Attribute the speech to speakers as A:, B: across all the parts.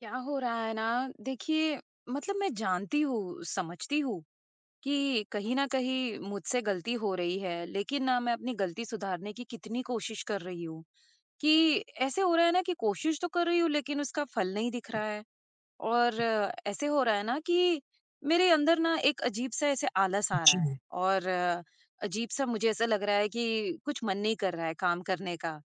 A: क्या हो रहा है ना? देखिए। मतलब मैं जानती हूँ, समझती हूँ कि कहीं ना कहीं मुझसे गलती हो रही है, लेकिन ना मैं अपनी गलती सुधारने की कितनी कोशिश कर रही हूँ कि ऐसे हो रहा है ना कि कोशिश तो कर रही हूँ, लेकिन उसका फल नहीं दिख रहा है। और ऐसे हो रहा है ना कि मेरे अंदर ना एक अजीब सा ऐसे आलस आ रहा
B: जी,
A: है। और अजीब सा मुझे ऐसा लग रहा है कि कुछ मन नहीं कर रहा है काम करने का।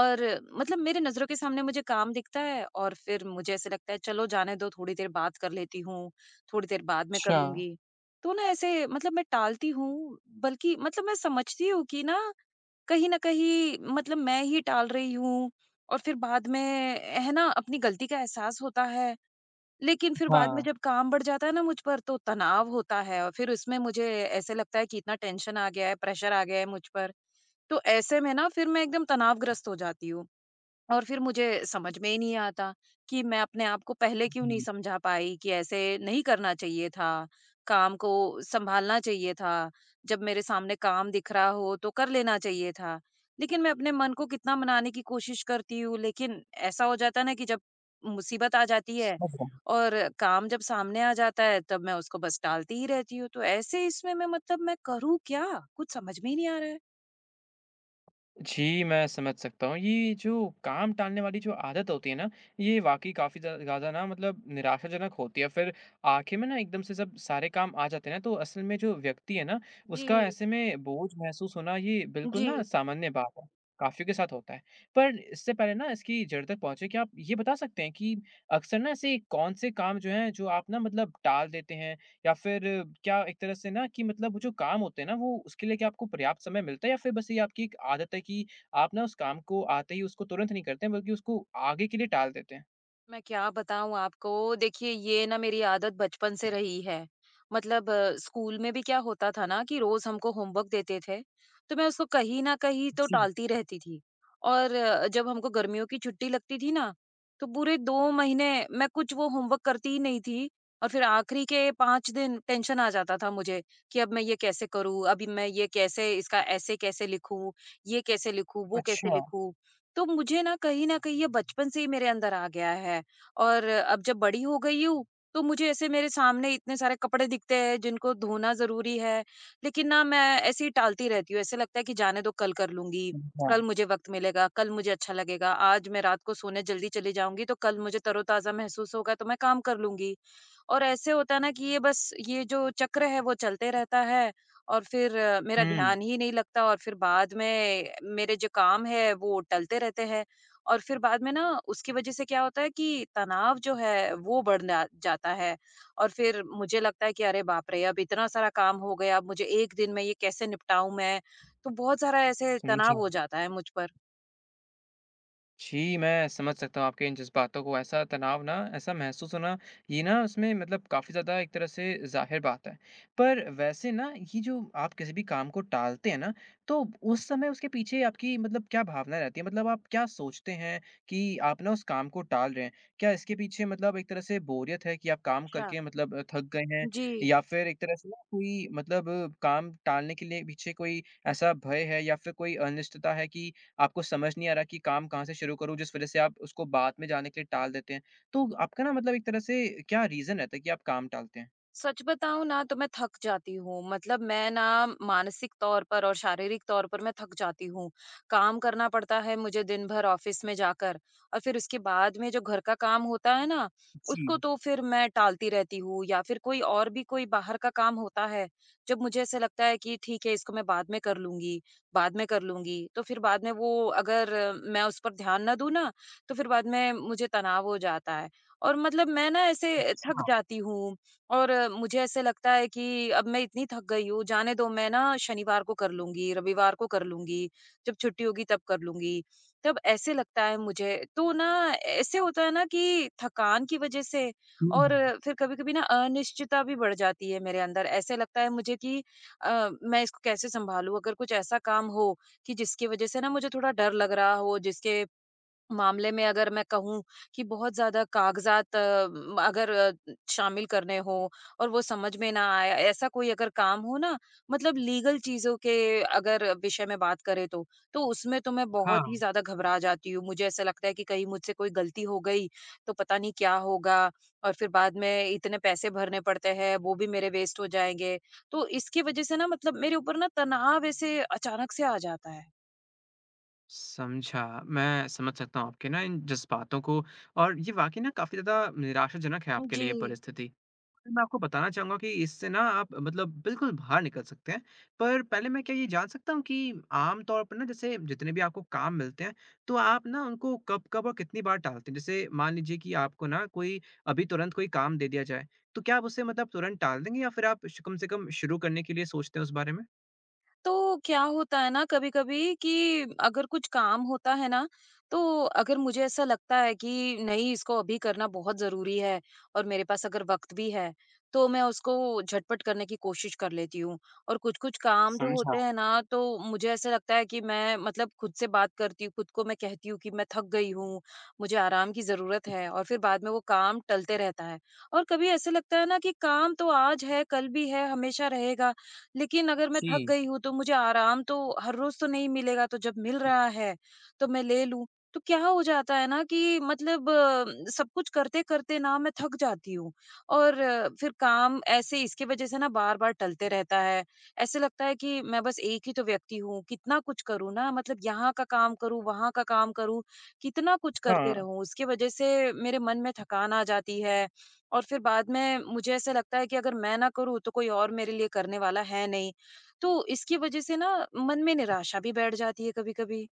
A: और मतलब मेरे नज़रों के सामने मुझे काम दिखता है और फिर मुझे ऐसे लगता है, चलो जाने दो, थोड़ी देर बात कर लेती हूँ, थोड़ी देर बाद में कर
B: अच्छा,
A: लूँगी। तो ना ऐसे मतलब मैं टालती हूँ, बल्कि मतलब मैं समझती हूँ कि ना कहीं न कहीं मतलब मैं ही टाल रही हूँ, और फिर बाद में है ना अपनी गलती का एहसास होता है। लेकिन फिर बाद में
B: हाँ,
A: जब काम बढ़ जाता है ना मुझ पर, तो तनाव होता है और फिर उसमें मुझे ऐसे लगता है कि इतना टेंशन आ गया है, प्रेशर आ गया है मुझ पर। तो ऐसे में ना फिर मैं एकदम तनावग्रस्त हो जाती हूँ। और फिर मुझे समझ में ही नहीं आता कि मैं अपने आप को पहले क्यों नहीं
B: हुँ,
A: समझा पाई कि ऐसे नहीं करना चाहिए था, काम को सँभालना चाहिए था, जब मेरे सामने काम दिख रहा हो तो कर लेना चाहिए था। लेकिन मैं अपने मन को कितना मनाने की कोशिश करती हूँ, लेकिन ऐसा हो जाता है ना कि जब मुसीबत आ जाती है
B: समझ रहा हूँ।
A: और काम जब सामने आ जाता है, तब मैं उसको बस टालती ही रहती हूँ। तो ऐसे इसमें मैं मतलब मैं करूँ क्या? कुछ समझ में ही नहीं आ रहा है।
B: जी, मैं समझ सकता हूँ। ये जो काम टालने वाली जो आदत होती है ना, ये वाक़ई काफ़ी ज़्यादा ना मतलब निराशाजनक होती है। फिर आखिर में ना एकदम से सब सारे काम आ जाते हैं ना, तो असल में जो व्यक्ति है ना, उसका
A: जी,
B: ऐसे में बोझ महसूस होना ये बिल्कुल
A: जी।
B: ना सामान्य बात है, काफ़ियों के साथ होता है। पर इससे पहले ना इसकी जड़ तक पहुँचे, क्या आप ये बता सकते हैं कि अक्सर ना ऐसे कौन से काम जो हैं, जो आप ना मतलब टाल देते हैं? या फिर क्या एक तरह से ना कि मतलब वो जो काम होते हैं ना, वो उसके लिए क्या आपको पर्याप्त समय मिलता है या फिर बस ये आपकी एक आदत है कि आप ना उस काम को आते ही उसको तुरंत नहीं करते हैं बल्कि उसको आगे के लिए टाल देते हैं?
A: मैं क्या बताऊँ आपको? देखिए, ये ना मेरी आदत बचपन से रही है। मतलब स्कूल में भी क्या होता था ना कि रोज़ हमको होमवर्क देते थे, तो मैं उसको कहीं न कहीं तो
B: जी,
A: टालती रहती थी। और जब हमको गर्मियों की छुट्टी लगती थी ना, तो पूरे 2 महीने मैं कुछ वो होमवर्क करती ही नहीं थी, और फिर आखिरी के 5 दिन टेंशन आ जाता था मुझे कि अब मैं ये कैसे करूँ? अभी मैं ये कैसे, इसका ऐसे कैसे लिखूँ? ये कैसे लिखूँ? वो कैसे
B: अच्छा।
A: लिखूँ? तो मुझे ना कहीं न कहीं ये बचपन से ही मेरे अंदर आ गया है। और अब जब बड़ी हो गई हूँ, तो मुझे ऐसे मेरे सामने इतने सारे कपड़े दिखते हैं जिनको धोना ज़रूरी है, लेकिन ना मैं ऐसे ही टालती रहती हूँ। ऐसे लगता है कि जाने दो, कल कर लूँगी,
B: समझा।
A: कल मुझे वक़्त मिलेगा, कल मुझे अच्छा लगेगा, आज मैं रात को सोने जल्दी चली जाऊँगी तो कल मुझे तरोताज़ा महसूस होगा, तो मैं काम कर लूँगी। और ऐसे होता है ना कि ये बस ये जो चक्र है वो चलते रहता है, और फिर मेरा
B: हुँ,
A: ध्यान ही नहीं लगता, और फिर बाद में मेरे जो काम है वो टलते रहते हैं, और फिर बाद में ना उसकी वजह से क्या होता है कि तनाव जो है वो बढ़ जाता है। और फिर मुझे लगता है कि अरे बाप रे, अब इतना सारा काम हो गया, अब मुझे एक दिन में ये कैसे निपटाऊं मैं? तो बहुत सारा ऐसे
B: समझा।
A: तनाव हो जाता है मुझ पर।
B: जी, मैं समझ सकता हूँ आपके इन जज़्बातों को। ऐसा तनाव ना, ऐसा महसूस होना, ये ना उसमें मतलब काफ़ी ज़्यादा एक तरह से ज़ाहिर बात है। पर वैसे ना, ये जो आप किसी भी काम को टालते हैं ना, तो उस समय उसके पीछे आपकी मतलब क्या भावना रहती है? मतलब आप क्या सोचते हैं कि आप ना उस काम को टाल रहे हैं? क्या इसके पीछे मतलब एक तरह से बोरियत है कि आप काम
A: अच्छा।
B: करके मतलब थक गए हैं?
A: जी।
B: या फिर एक तरह से ना कोई मतलब काम टालने के लिए पीछे कोई ऐसा भय है या फिर कोई अनिश्चितता है कि आपको समझ नहीं आ रहा कि काम कहाँ से शुरू करूँ, जिस वज़ह से आप उसको बाद में जाने के लिए टाल देते हैं। तो आपका ना मतलब एक तरह से क्या रीज़न रहता है कि आप काम टालते हैं?
A: सच बताऊँ ना तो मैं थक जाती हूँ। मतलब मैं ना मानसिक तौर पर और शारीरिक तौर पर मैं थक जाती हूँ। काम करना पड़ता है मुझे दिन भर ऑफ़िस में जाकर, और फिर उसके बाद में जो घर का काम होता है ना,
B: जी।
A: उसको तो फिर मैं टालती रहती हूँ। या फिर कोई और भी कोई बाहर का काम होता है, जब मुझे ऐसा लगता है कि ठीक है, इसको मैं बाद में कर लूँगी, बाद में कर लूँगी। तो फिर बाद में वो अगर मैं उस पर ध्यान ना दूँ ना, तो फिर बाद में मुझे तनाव हो जाता है और मतलब मैं ना ऐसे थक जाती हूँ। और मुझे ऐसे लगता है कि अब मैं इतनी थक गई हूँ, जाने दो, मैं ना शनिवार को कर लूँगी, रविवार को कर लूँगी, जब छुट्टी होगी तब कर लूँगी। तब ऐसे लगता है मुझे, तो ना ऐसे होता है ना कि थकान की वज़ह से।
B: हुँ,
A: और
B: हुँ।
A: फिर कभी-कभी ना अनिश्चितता भी बढ़ जाती है मेरे अंदर। ऐसे लगता है मुझे कि मैं इसको कैसे सँभालूँ? अगर कुछ ऐसा काम हो कि जिसकी वज़ह से ना मुझे थोड़ा डर लग रहा हो, जिसके मामले में अगर मैं कहूँ कि बहुत ज़्यादा कागज़ात अगर शामिल करने हों और वो समझ में ना आए, ऐसा कोई अगर काम हो ना, मतलब लीगल चीज़ों के अगर विषय में बात करें तो उसमें तो मैं
B: हाँ।
A: बहुत ही ज़्यादा घबरा जाती हूँ। मुझे ऐसा लगता है कि कहीं मुझसे कोई गलती हो गई, तो पता नहीं क्या होगा, और फिर बाद में इतने पैसे भरने पड़ते हैं, वो भी मेरे वेस्ट हो जाएँगे। तो इसकी वजह से ना मतलब मेरे ऊपर ना तनाव ऐसे अचानक से आ जाता है।
B: समझा। मैं समझ सकता हूँ आपके ना इन जज़्बातों को, और ये वाक़ई ना काफ़ी ज़्यादा निराशाजनक है आपके लिए
A: जी।
B: ये परिस्थिति। मैं आपको बताना चाहूँगा कि इससे ना आप मतलब बिल्कुल बाहर निकल सकते हैं। पर पहले मैं क्या ये जान सकता हूँ कि आम तौर पर ना जैसे जितने भी आपको काम मिलते हैं, तो आप ना उनको कब-कब और कितनी बार टालते हैं? जैसे मान लीजिए कि आपको ना कोई अभी तुरंत कोई काम दे दिया जाए, तो क्या आप उसे मतलब तुरंत टाल देंगे या फिर आप श कम से कम शुरू करने के लिए सोचते हैं उस बारे में?
A: तो क्या होता है ना कभी-कभी कि अगर कुछ काम होता है ना, तो अगर मुझे ऐसा लगता है कि नहीं, इसको अभी करना बहुत ज़रूरी है और मेरे पास अगर वक़्त भी है, तो मैं उसको झटपट करने की कोशिश कर लेती हूँ। और कुछ-कुछ काम जो
B: समझा।
A: होते हैं ना, तो मुझे ऐसा लगता है कि मैं मतलब खुद से बात करती हूँ, खुद को मैं कहती हूँ कि मैं थक गई हूँ, मुझे आराम की ज़रूरत है, और फिर बाद में वो काम टलते रहता है। और कभी ऐसा लगता है ना कि काम तो आज है, कल भी है, हमेशा रहेगा। लेकिन अगर मैं थक
B: जी,
A: गई हूँ तो मुझे आराम तो हर रोज तो नहीं मिलेगा, तो जब मिल रहा है तो मैं ले लूँ। तो क्या हो जाता है ना कि मतलब सब कुछ करते-करते ना मैं थक जाती हूँ, और फिर काम ऐसे इसकी वजह से ना बार-बार टलते रहता है। ऐसे लगता है कि मैं बस एक ही तो व्यक्ति हूँ, कितना कुछ करूँ ना, मतलब यहाँ का काम करूँ, वहाँ का काम करूँ, कितना कुछ करते
B: हाँ।
A: रहूँ। उसकी वजह से मेरे मन में थकान आ जाती है, और फिर बाद में मुझे ऐसा लगता है कि अगर मैं ना करूँ तो कोई और मेरे लिए करने वाला है नहीं। तो इसकी वज़ह से ना मन में निराशा भी बैठ जाती है कभी-कभी।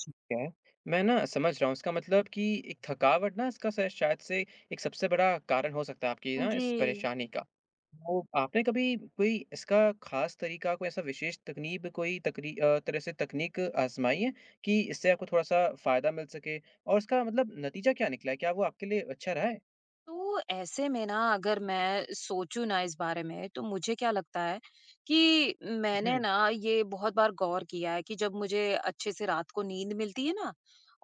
B: ठीक है। मैं ना समझ रहा हूँ इसका मतलब कि एक थकावट ना इसका स शायद से एक सबसे बड़ा कारण हो सकता है आपकी ना
A: जी।
B: इस परेशानी का। तो आपने कभी कोई इसका ख़ास तरीका, कोई ऐसा विशेष तकनीब कोई तकरी अ, तरह से तकनीक आज़माई है कि इससे आपको थोड़ा-सा फ़ायदा मिल सके? और इसका मतलब नतीजा क्या निकला है? क्या वो आपके लिए अच्छा रहा है?
A: तो ऐसे में ना अगर मैं सोचूं ना इस बारे में तो मुझे क्या लगता है कि मैंने
B: हुँ।
A: ना ये बहुत बार गौर किया है कि जब मुझे अच्छे से रात को नींद मिलती है ना,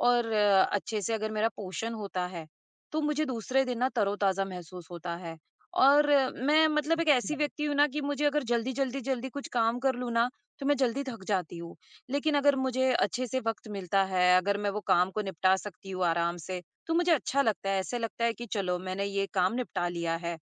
A: और अच्छे से अगर मेरा पोषण होता है, तो मुझे दूसरे दिन ना तरोताजा महसूस होता है। और मैं मतलब एक ऐसी व्यक्ति हूँ ना कि मुझे अगर जल्दी जल्दी जल्दी कुछ काम कर लूँ ना, तो मैं जल्दी थक जाती हूँ। लेकिन अगर मुझे अच्छे से वक्त मिलता है, अगर मैं वो काम को निपटा सकती हूँ आराम से, तो मुझे अच्छा लगता है, ऐसे लगता है कि चलो मैंने ये काम निपटा लिया है।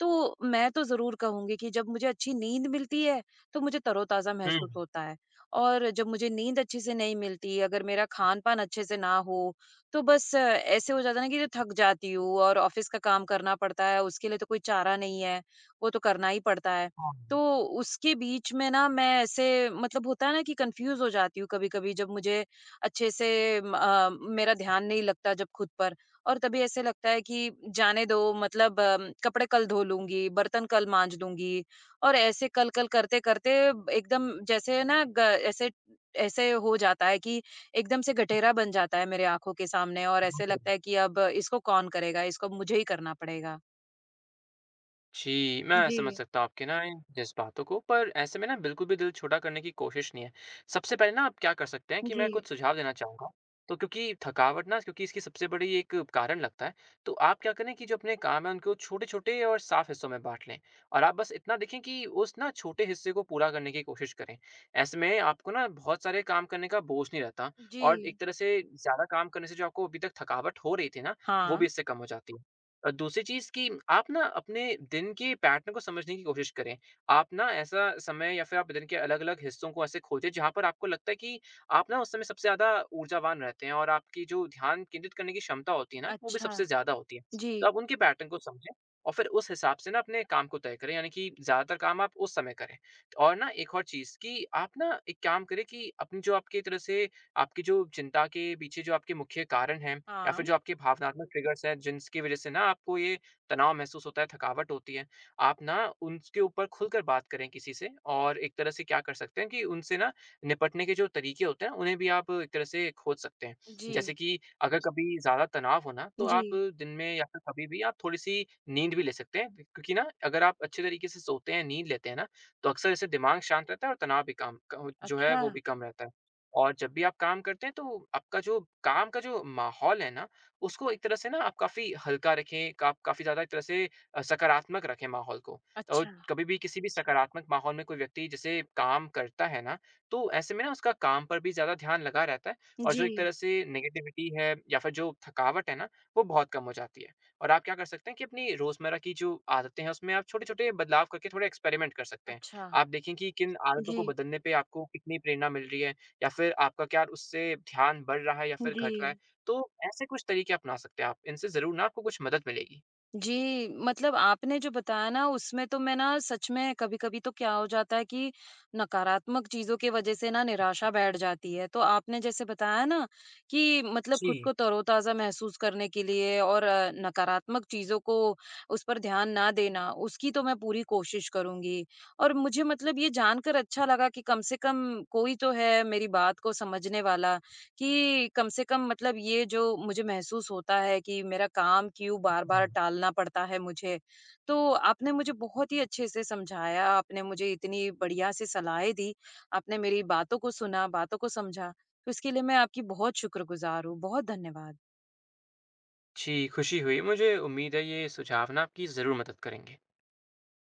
A: तो मैं तो ज़रूर कहूँगी कि जब मुझे अच्छी नींद मिलती है, तो मुझे तरोताज़ा
B: हुँ।
A: महसूस होता है। और जब मुझे नींद अच्छे से नहीं मिलती, अगर मेरा खान-पान अच्छे से ना हो, तो बस ऐसे हो जाता है ना कि जो थक जाती हूँ और ऑफ़िस का काम करना पड़ता है, उसके लिए तो कोई चारा नहीं है, वो तो करना ही पड़ता है। तो
B: हाँ।
A: उसके बीच में ना मैं ऐसे मतलब होता है ना कि कन्फ्यूज़ हो जाती हूँ कभी-कभी, जब मुझे अच्छे से मेरा ध्यान नहीं लगता जब खुद पर। और तभी ऐसे लगता है कि जाने दो मतलब कपड़े कल धो लूँगी, बर्तन कल माँज लूँगी, और ऐसे कल-कल करते-करते एकदम जैसे ना ग ऐसे ऐसे हो जाता है कि एकदम से गठेरा बन जाता है मेरे आँखों के सामने, और ऐसे लगता है कि अब इसको कौन करेगा, इसको मुझे ही करना पड़ेगा।
B: जी, मैं समझ
A: जी,
B: सकता हूँ आपके ना इन जज़्बातों को, पर ऐसे में ना बिल्कुल भी दिल छोटा करने की कोशिश नहीं है। सबसे पहले ना आप क्या कर सकते हैं कि
A: जी,
B: मैं कुछ सुझाव देना चाहूँगा। तो क्योंकि थकावट ना क्योंकि इसकी सबसे बड़ी एक कारण लगता है, तो आप क्या करें कि जो अपने काम हैं उनको छोटे-छोटे और साफ हिस्सों में बाँट लें और आप बस इतना देखें कि उस ना छोटे हिस्से को पूरा करने की कोशिश करें। ऐसे में आपको ना बहुत सारे काम करने का बोझ नहीं रहता,
A: जी।
B: और एक तरह से ज़्यादा काम करने से जो आपको अभी तक थकावट हो रही थी ना, वो
A: हाँ।
B: भी इससे कम हो जाती है। दूसरी चीज़ कि आप ना अपने दिन के पैटर्न को समझने की कोशिश करें। आप ना ऐसा समय या फिर आप दिन के अलग-अलग हिस्सों को ऐसे खोजें जहाँ पर आपको लगता है कि आप ना उस समय सबसे ज़्यादा ऊर्जावान रहते हैं, और आपकी जो ध्यान केंद्रित करने की क्षमता होती है ना, वो भी
A: अच्छा।
B: सबसे ज़्यादा होती है।
A: जी।
B: तो आप उनके पैटर्न को समझें और फिर उस हिसाब से ना अपने काम को तय करें, यानी कि ज़्यादातर काम आप उस समय करें। और ना एक और चीज़ कि आप ना एक काम करें कि अपनी जो आपकी तरह से आपकी जो चिंता के पीछे जो आपके मुख्य कारण हैं, या फिर
A: हाँ।
B: जो आपके भावनात्मक ट्रिगर्स हैं जिनकी वज़ह से ना आपको ये तनाव महसूस होता है, थकावट होती है, आप ना उनके ऊपर खुलकर बात करें किसी से, और एक तरह से क्या कर सकते हैं कि उनसे ना निपटने के जो तरीके होते हैं, उन्हें भी आप एक तरह से खोज सकते हैं। जैसे
A: जी,
B: कि अगर कभी ज़्यादा तनाव हो ना, तो
A: जी।
B: आप दिन में या फिर कभी भी आप थोड़ी-सी नींद भी ले सकते हैं, क्योंकि ना अगर आप अच्छे तरीके से सोते हैं, नींद लेते हैं ना, तो अक्सर इससे दिमाग शांत रहता है और तनाव भी काम क जो है
A: अच्छा,
B: वो भी कम रहता है। और जब भी आप काम करते हैं तो आपका जो काम का जो माहौल है ना, उसको एक तरह से ना आप काफ़ी हल्का रखें, का आप काफ़ी ज़्यादा एक तरह से सकारात्मक रखें माहौल को। और
A: अच्छा।
B: कभी भी किसी भी सकारात्मक माहौल में कोई व्यक्ति जैसे काम करता है ना, तो ऐसे में ना उसका काम पर भी ज़्यादा ध्यान लगा रहता है, और जो
A: जी।
B: एक तरह से नेगेटिविटी है या फिर जो थकावट है ना, वो बहुत कम हो जाती है। और आप क्या कर सकते हैं कि अपनी रोज़मर्रा की जो आदतें हैं, उसमें आप छोटे-छोटे बदलाव करके थोड़ा एक्सपेरिमेंट कर सकते हैं।
A: अच्छा।
B: आप देखें कि किन आदतों को
A: जी,
B: बदलने पे आपको कितनी प्रेरणा मिल रही है। या फिर आपका क्या उससे ध्यान बढ़ रहा है या फिर
A: जी।
B: घट रहा है? तो ऐसे कुछ तरीके अपना सकते हैं आप। इनसे ज़रूर ना आपको कुछ मदद मिलेगी।
A: जी, मतलब आपने जो बताया ना उसमें तो मैं ना सच में कभी-कभी तो क्या हो जाता है कि नकारात्मक चीज़ों की वज़ह से ना निराशा बैठ जाती है। तो आपने जैसे बताया ना कि मतलब
B: जी।
A: खुद को तरोताज़ा महसूस करने के लिए और नकारात्मक चीज़ों को उस पर ध्यान ना देना, उसकी तो मैं पूरी कोशिश करूँगी। और मुझे मतलब ये जानकर अच्छा लगा कि कम से कम कोई तो है मेरी बात को समझने वाला, कि कम से कम मतलब ये जो मुझे महसूस होता है कि मेरा काम क्यों बार-बार टालना पड़ता है मुझे। तो आपने मुझे बहुत ही अच्छे से समझाया, आपने मुझे इतनी बढ़िया से सलाहें दी, आपने मेरी बातों को सुना, बातों को समझा, तो इसके लिए मैं आपकी बहुत शुक्रगुज़ार हूँ। बहुत धन्यवाद।
B: जी, खुशी हुई। मुझे उम्मीद है ये सुझाव ना आपकी ज़रूर मदद करेंगे।